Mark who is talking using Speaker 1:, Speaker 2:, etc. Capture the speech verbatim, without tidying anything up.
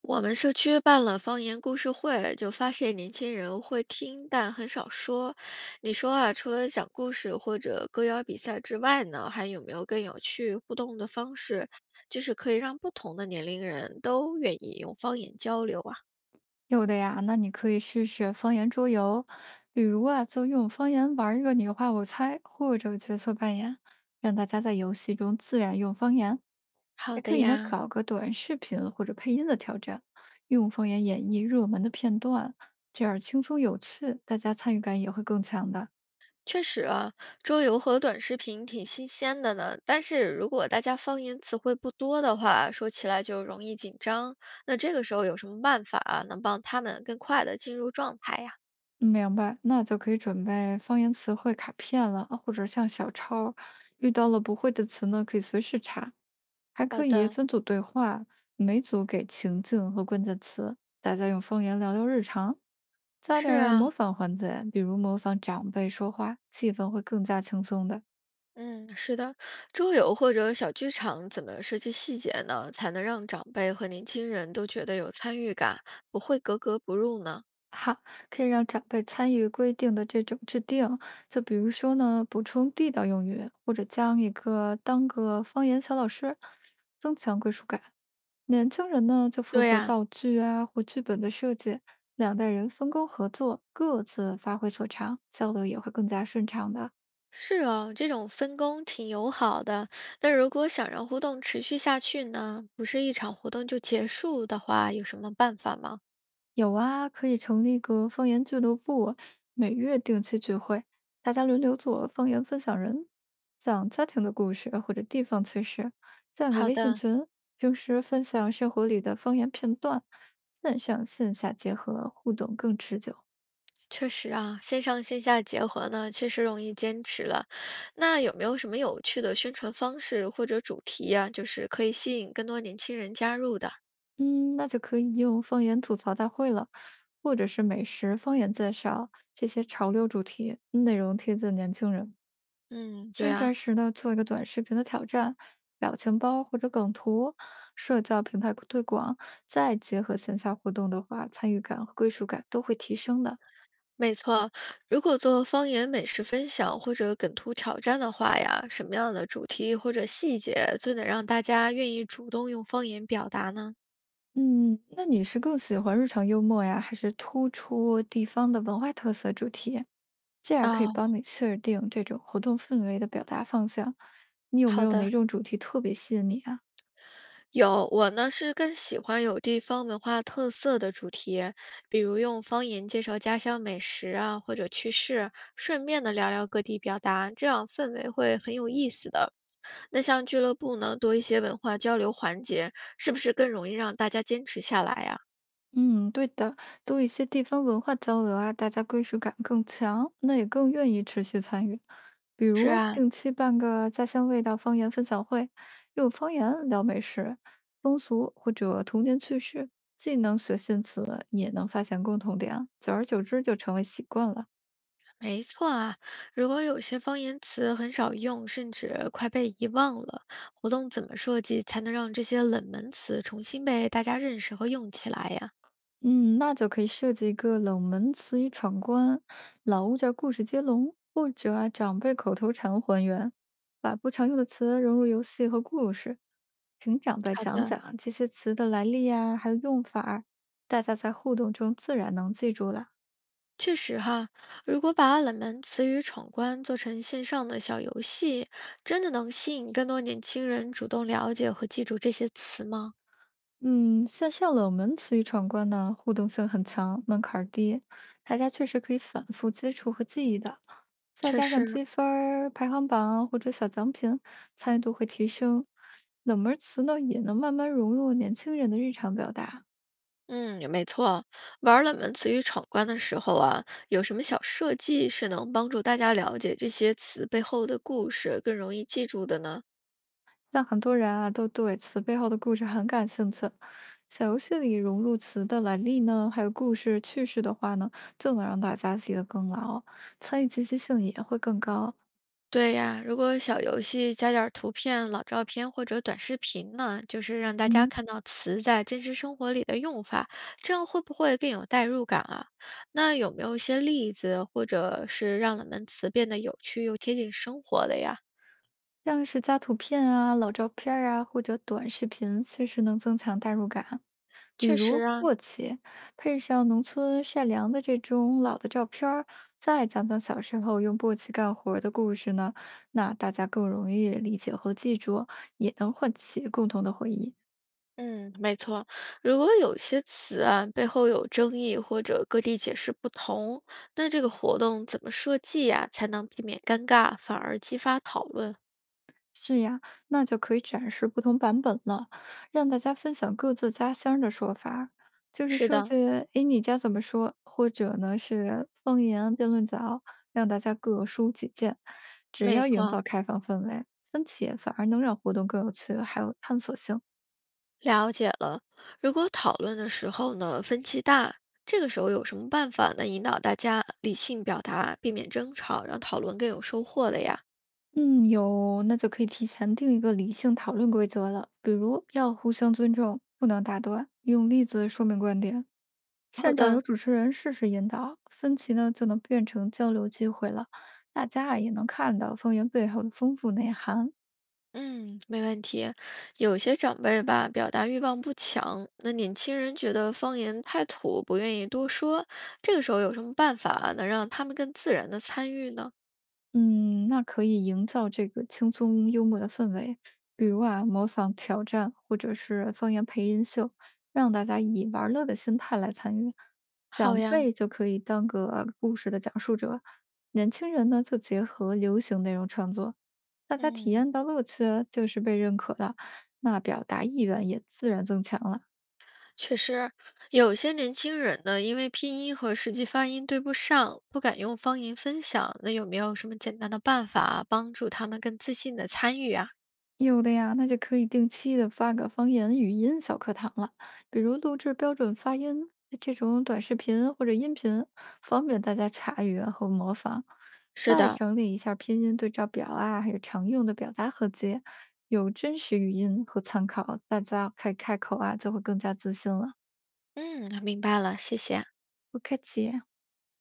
Speaker 1: 我们社区办了方言故事会，就发现年轻人会听，但很少说。你说啊，除了讲故事或者歌谣比赛之外呢，还有没有更有趣互动的方式，就是可以让不同的年龄人都愿意用方言交流啊？
Speaker 2: 有的呀，那你可以试试方言桌游，比如啊，就用方言玩一个你画我猜，或者角色扮演，让大家在游戏中自然用方言。还
Speaker 1: 好的
Speaker 2: 可以呢，
Speaker 1: 呀，
Speaker 2: 搞个短视频或者配音的挑战，用方言演绎热门的片段，这样轻松有趣，大家参与感也会更强的。
Speaker 1: 确实啊，桌游和短视频挺新鲜的呢。但是如果大家方言词汇不多的话，说起来就容易紧张。那这个时候有什么办法啊，能帮他们更快的进入状态呀？
Speaker 2: 明白，那就可以准备方言词汇卡片了，啊或者像小抄儿遇到了不会的词呢，可以随时查，还
Speaker 1: 好
Speaker 2: 可以
Speaker 1: 的，
Speaker 2: 分组对话，每组给情境和关键词，大家用方言聊聊日常，加点
Speaker 1: 是
Speaker 2: 儿模
Speaker 1: 啊，
Speaker 2: 仿环节，比如模仿长辈说话，气氛会更加轻松的。
Speaker 1: 嗯，是的，桌游或者小剧场怎么设计细节呢，才能让长辈和年轻人都觉得有参与感，不会格格不入呢？
Speaker 2: 哈，可以让长辈参与规定的这种制定，就比如说呢，补充地道用语，或者将一个当个方言小老师，增强归属感。年轻人呢，就负
Speaker 1: 对
Speaker 2: 责
Speaker 1: 呀、
Speaker 2: 道具啊或剧本的设计，两代人分工合作，各自发挥所长，交流也会更加顺畅的。
Speaker 1: 是哦，这种分工挺友好的。但如果想让互动持续下去呢，不是一场活动就结束的话，有什么办法吗？
Speaker 2: 有啊，可以成立个方言俱乐部，每月定期聚会，大家轮流做方言分享人，讲家庭的故事或者地方趣事，建个
Speaker 1: 好
Speaker 2: 微信
Speaker 1: 的，
Speaker 2: 群，平时分享生活里的方言片段，线上线下结合，互动更持久。
Speaker 1: 确实啊，线上线下结合呢，确实容易坚持了。那有没有什么有趣的宣传方式或者主题呀、就是可以吸引更多年轻人加入的？
Speaker 2: 嗯，那就可以用方言吐槽大会了，或者是美食方言介绍这些潮流主题，内容贴近年轻人。
Speaker 1: 嗯，对
Speaker 2: 宣传
Speaker 1: 啊，
Speaker 2: 时呢，做一个短视频的挑战，表情包或者梗图，社交平台推广，再结合线下活动的话，参与感和归属感都会提升的。
Speaker 1: 没错。如果做方言美食分享或者梗图挑战的话呀，什么样的主题或者细节最能让大家愿意主动用方言表达呢？
Speaker 2: 嗯，那你是更喜欢日常幽默呀，还是突出地方的文化特色主题？这样可以
Speaker 1: 哦，
Speaker 2: 帮你确定这种活动氛围的表达方向。你有没
Speaker 1: 好
Speaker 2: 有
Speaker 1: 的，
Speaker 2: 哪种主题特别吸引你啊？
Speaker 1: 有，我呢是更喜欢有地方文化特色的主题，比如用方言介绍家乡美食啊，或者趣事，顺便呢聊聊各地表达，这样氛围会很有意思的。那像俱乐部呢，多一些文化交流环节，是不是更容易让大家坚持下来呀？
Speaker 2: 嗯，对的，多一些地方文化交流啊，大家归属感更强，那也更愿意持续参与。比
Speaker 1: 是
Speaker 2: 如
Speaker 1: 啊，
Speaker 2: 定期办个家乡味道方言分享会，用方言聊美食、风俗或者童年趣事，既能学新词，也能发现共同点啊，久而久之就成为习惯了。
Speaker 1: 没错啊，如果有些方言词很少用，甚至快被遗忘了，活动怎么设计才能让这些冷门词重新被大家认识和用起来呀？
Speaker 2: 嗯，那就可以设计一个冷门词语闯关、老物件儿故事接龙，或者啊长辈口头禅还原，把不常用的词融入游戏和故事，请长辈
Speaker 1: 好
Speaker 2: 讲
Speaker 1: 的。
Speaker 2: 讲这些词的来历呀、还有用法儿大家在互动中自然能记住了。
Speaker 1: 确实哈，如果把冷门词语闯关做成线上的小游戏，真的能吸引更多年轻人主动了解和记住这些词吗？
Speaker 2: 嗯，线下冷门词语闯关呢，互动性很强，门槛儿低，大家确实可以反复接触和记忆的。再
Speaker 1: 确
Speaker 2: 加上
Speaker 1: 实，
Speaker 2: 积分儿、排行榜或者小奖品，参与度会提升。冷门词呢，也能慢慢融入年轻人的日常表达。
Speaker 1: 嗯，没错。玩冷门词语闯关的时候啊，有什么小设计是能帮助大家了解这些词背后的故事，更容易记住的呢？
Speaker 2: 像很多人啊，都对词背后的故事很感兴趣。小游戏里融入词的来历呢，还有故事趣事的话呢，就能让大家记得更牢，参与积极性也会更高。
Speaker 1: 对呀，如果小游戏加点儿图片、老照片或者短视频呢，就是让大家
Speaker 2: 嗯。
Speaker 1: 看到词在真实生活里的用法，这样会不会更有代入感啊？那有没有一些例子，或者是让冷门词变得有趣又贴近生活的呀？
Speaker 2: 像是加图片啊、老照片儿啊，或者短视频，确实能增强代入感。比
Speaker 1: 确实
Speaker 2: 如
Speaker 1: 啊，
Speaker 2: 簸箕，配上农村善良的这种老的照片儿再讲讲小时候用簸箕干活儿的故事呢，那大家更容易理解和记住，也能唤起共同的回忆。
Speaker 1: 嗯，没错。如果有些词啊背后有争议或者各地解释不同，那这个活动怎么设计呀，才能避免尴尬，反而激发讨论？
Speaker 2: 是呀，那就可以展示不同版本了，让大家分享各自家乡的说法，就是
Speaker 1: 是
Speaker 2: 设
Speaker 1: 的，
Speaker 2: 计"诶，你家怎么说"，或者呢是方言辩论角，让大家各抒己见。只
Speaker 1: 没
Speaker 2: 要营
Speaker 1: 错。
Speaker 2: 造开放氛围，分歧反而能让活动更有趣，还有探索性。
Speaker 1: 了解了。如果讨论的时候呢，分歧大，这个时候有什么办法能引导大家理性表达，避免争吵，让讨论更有收获的呀？
Speaker 2: 嗯，有，那就可以提前定一个理性讨论规则了，比如要互相尊重，不能打断，用例子说明观点。
Speaker 1: 好
Speaker 2: 现场有
Speaker 1: 的，
Speaker 2: 主持人适时引导，分歧呢就能变成交流机会了，大家啊也能看到方言背后的丰富内涵。
Speaker 1: 嗯，没问题。有些长辈吧，表达欲望不强，那年轻人觉得方言太土，不愿意多说。这个时候有什么办法能让他们更自然的参与呢？
Speaker 2: 嗯，那可以营造这个轻松幽默的氛围，比如啊，模仿挑战或者是方言配音秀，让大家以玩乐的心态来参与。
Speaker 1: 好
Speaker 2: 长
Speaker 1: 呀，
Speaker 2: 辈就可以当个故事的讲述者，年轻人呢就结合流行内容创作，大家体
Speaker 1: 嗯。
Speaker 2: 验到乐趣就是被认可了，那表达意愿也自然增强了。
Speaker 1: 确实，有些年轻人呢，因为拼音和实际发音对不上，不敢用方言分享。那有没有什么简单的办法帮助他们更自信的参与啊？
Speaker 2: 有的呀，那就可以定期的发个方言语音小课堂了，比如录制标准发音这种短视频或者音频，方便大家查阅和模仿。
Speaker 1: 是
Speaker 2: 再
Speaker 1: 的，
Speaker 2: 整理一下拼音对照表啊，还有常用的表达合集，有真实语音和参考，大家开开口啊就会更加自信了。
Speaker 1: 嗯，明白了，谢谢。
Speaker 2: 不客气。